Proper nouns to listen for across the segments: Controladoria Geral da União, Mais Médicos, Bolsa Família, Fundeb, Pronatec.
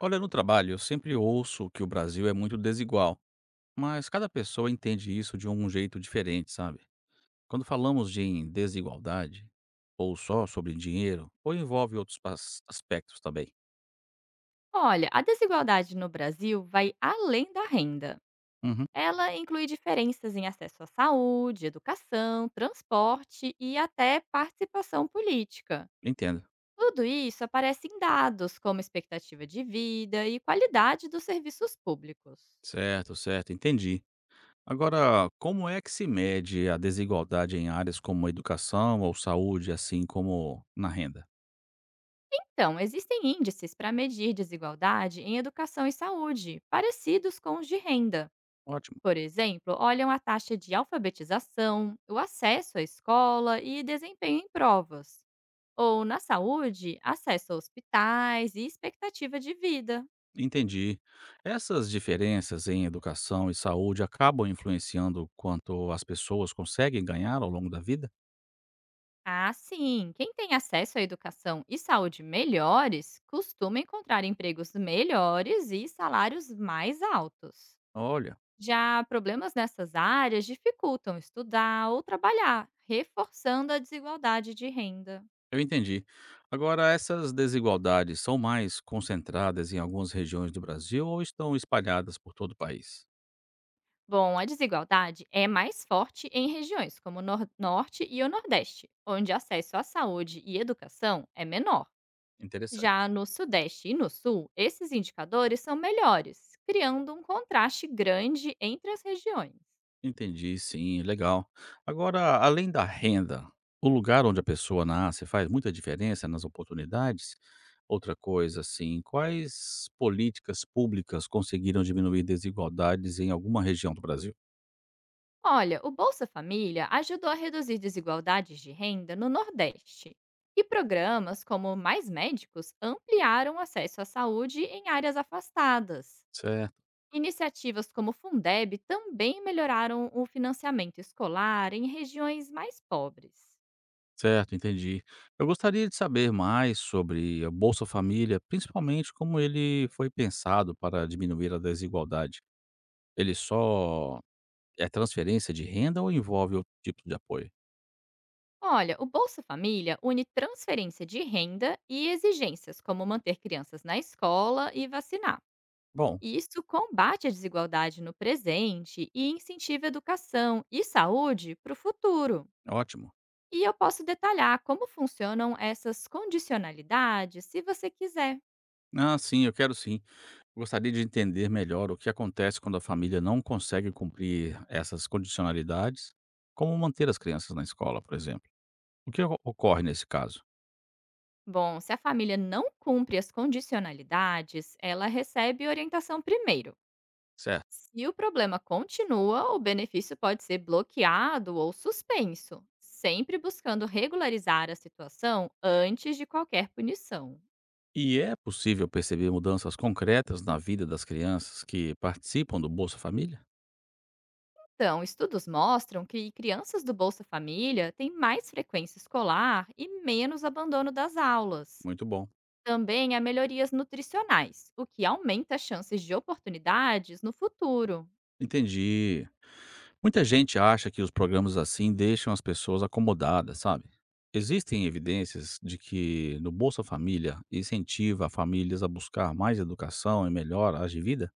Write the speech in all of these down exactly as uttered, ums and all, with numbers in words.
Olha, no trabalho, eu sempre ouço que o Brasil é muito desigual, mas cada pessoa entende isso de um jeito diferente, sabe? Quando falamos de em desigualdade, ou só sobre dinheiro, ou envolve outros pas- aspectos também. Olha, a desigualdade no Brasil vai além da renda. Uhum, Ela inclui diferenças em acesso à saúde, educação, transporte e até participação política. entendo. Tudo isso aparece em dados como expectativa de vida e qualidade dos serviços públicos. Certo, certo, entendi. Agora, como é que se mede a desigualdade em áreas como educação ou saúde, assim como na renda? Então, existem índices para medir desigualdade em educação e saúde, parecidos com os de renda. Ótimo. Por exemplo, olham a taxa de alfabetização, o acesso à escola e desempenho em provas. Ou na saúde, acesso a hospitais e expectativa de vida. Entendi. Essas diferenças em educação e saúde acabam influenciando quanto as pessoas conseguem ganhar ao longo da vida? Ah, sim, quem tem acesso à educação e saúde melhores costuma encontrar empregos melhores e salários mais altos. Olha, Já problemas nessas áreas dificultam estudar ou trabalhar, reforçando a desigualdade de renda. eu entendi. Agora, essas desigualdades são mais concentradas em algumas regiões do Brasil ou estão espalhadas por todo o país? Bom, a desigualdade é mais forte em regiões como o Nor- Norte e o Nordeste, onde acesso à saúde e educação é menor. Interessante. Já no Sudeste e no Sul, esses indicadores são melhores, criando um contraste grande entre as regiões. Entendi, sim, legal. Agora, além da renda, o lugar onde a pessoa nasce faz muita diferença nas oportunidades? Outra coisa, assim, quais políticas públicas conseguiram diminuir desigualdades em alguma região do Brasil? Olha, o Bolsa Família ajudou a reduzir desigualdades de renda no Nordeste. E programas como Mais Médicos ampliaram o acesso à saúde em áreas afastadas. Certo, Iniciativas como o Fundeb também melhoraram o financiamento escolar em regiões mais pobres. certo, entendi. Eu gostaria de saber mais sobre a Bolsa Família, principalmente como ele foi pensado para diminuir a desigualdade. Ele só é transferência de renda ou envolve outro tipo de apoio? Olha, o Bolsa Família une transferência de renda e exigências, como manter crianças na escola e vacinar. Bom, E isso combate a desigualdade no presente e incentiva educação e saúde para o futuro. ótimo. E eu posso detalhar como funcionam essas condicionalidades se você quiser. Ah, sim, eu quero sim. Gostaria de entender melhor o que acontece quando a família não consegue cumprir essas condicionalidades, como manter as crianças na escola, por exemplo. O que o- ocorre nesse caso? Bom, se a família não cumpre as condicionalidades, ela recebe orientação primeiro. Certo. Se o problema continua, o benefício pode ser bloqueado ou suspenso, sempre buscando regularizar a situação antes de qualquer punição. E é possível perceber mudanças concretas na vida das crianças que participam do Bolsa Família? Então, estudos mostram que crianças do Bolsa Família têm mais frequência escolar e menos abandono das aulas. Muito bom. Também há melhorias nutricionais, o que aumenta as chances de oportunidades no futuro. Entendi. Muita gente acha que os programas assim deixam as pessoas acomodadas, sabe? Existem evidências de que no Bolsa Família incentiva famílias a buscar mais educação e melhoras de vida?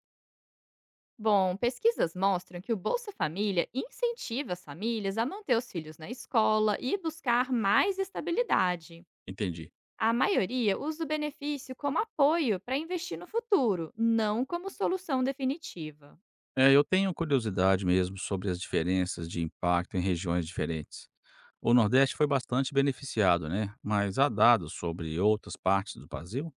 Bom, pesquisas mostram que o Bolsa Família incentiva as famílias a manter os filhos na escola e buscar mais estabilidade. Entendi. A maioria usa o benefício como apoio para investir no futuro, não como solução definitiva. É, eu tenho curiosidade mesmo sobre as diferenças de impacto em regiões diferentes. O Nordeste foi bastante beneficiado, né? Mas há dados sobre outras partes do Brasil?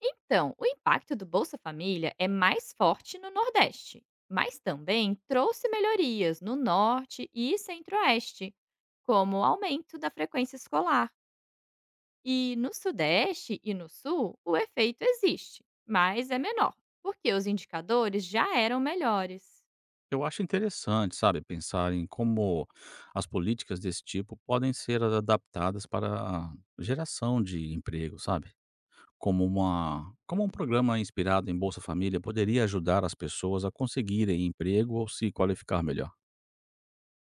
Então, o impacto do Bolsa Família é mais forte no Nordeste, mas também trouxe melhorias no Norte e Centro-Oeste, como o aumento da frequência escolar. E no Sudeste e no Sul, o efeito existe, mas é menor, porque os indicadores já eram melhores. Eu acho interessante, sabe, pensar em como as políticas desse tipo podem ser adaptadas para a geração de emprego, sabe? Como uma, como um programa inspirado em Bolsa Família poderia ajudar as pessoas a conseguirem emprego ou se qualificar melhor.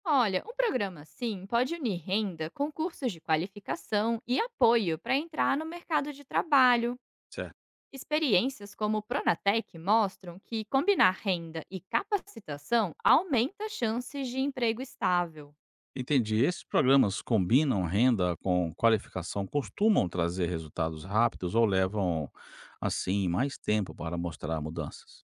Olha, um programa assim pode unir renda com cursos de qualificação e apoio para entrar no mercado de trabalho. Certo. Experiências como o Pronatec mostram que combinar renda e capacitação aumenta as chances de emprego estável. Entendi. Esses programas combinam renda com qualificação, costumam trazer resultados rápidos ou levam, assim, mais tempo para mostrar mudanças?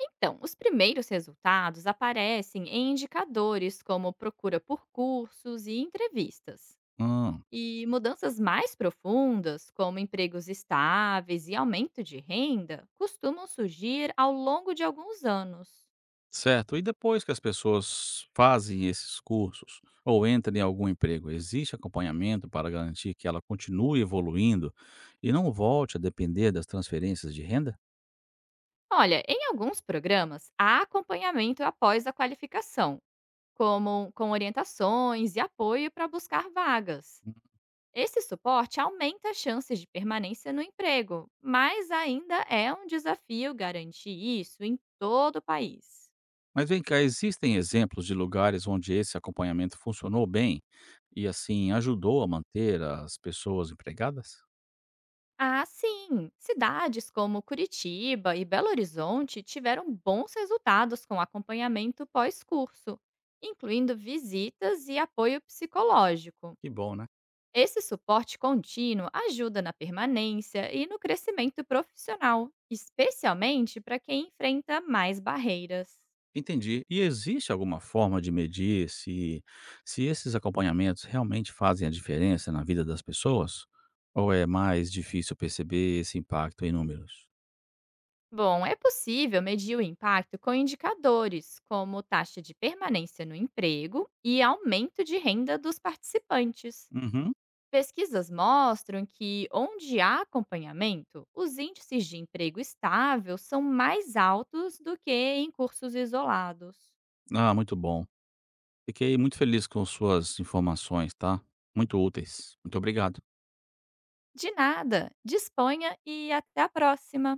Então, os primeiros resultados aparecem em indicadores como procura por cursos e entrevistas. Hum. E mudanças mais profundas, como empregos estáveis e aumento de renda, costumam surgir ao longo de alguns anos. Certo. E depois que as pessoas fazem esses cursos ou entram em algum emprego, existe acompanhamento para garantir que ela continue evoluindo e não volte a depender das transferências de renda? Olha, em alguns programas há acompanhamento após a qualificação, como com orientações e apoio para buscar vagas. Esse suporte aumenta as chances de permanência no emprego, mas ainda é um desafio garantir isso em todo o país. Mas vem cá, existem exemplos de lugares onde esse acompanhamento funcionou bem e assim ajudou a manter as pessoas empregadas? Ah, sim! Cidades como Curitiba e Belo Horizonte tiveram bons resultados com acompanhamento pós-curso, incluindo visitas e apoio psicológico. Que bom, né? Esse suporte contínuo ajuda na permanência e no crescimento profissional, especialmente para quem enfrenta mais barreiras. Entendi. E existe alguma forma de medir se se esses acompanhamentos realmente fazem a diferença na vida das pessoas? Ou é mais difícil perceber esse impacto em números? Bom, é possível medir o impacto com indicadores como taxa de permanência no emprego e aumento de renda dos participantes. Uhum. Pesquisas mostram que, onde há acompanhamento, os índices de emprego estável são mais altos do que em cursos isolados. Ah, muito bom. Fiquei muito feliz com suas informações, tá? Muito úteis. Muito obrigado. De nada, disponha e até a próxima!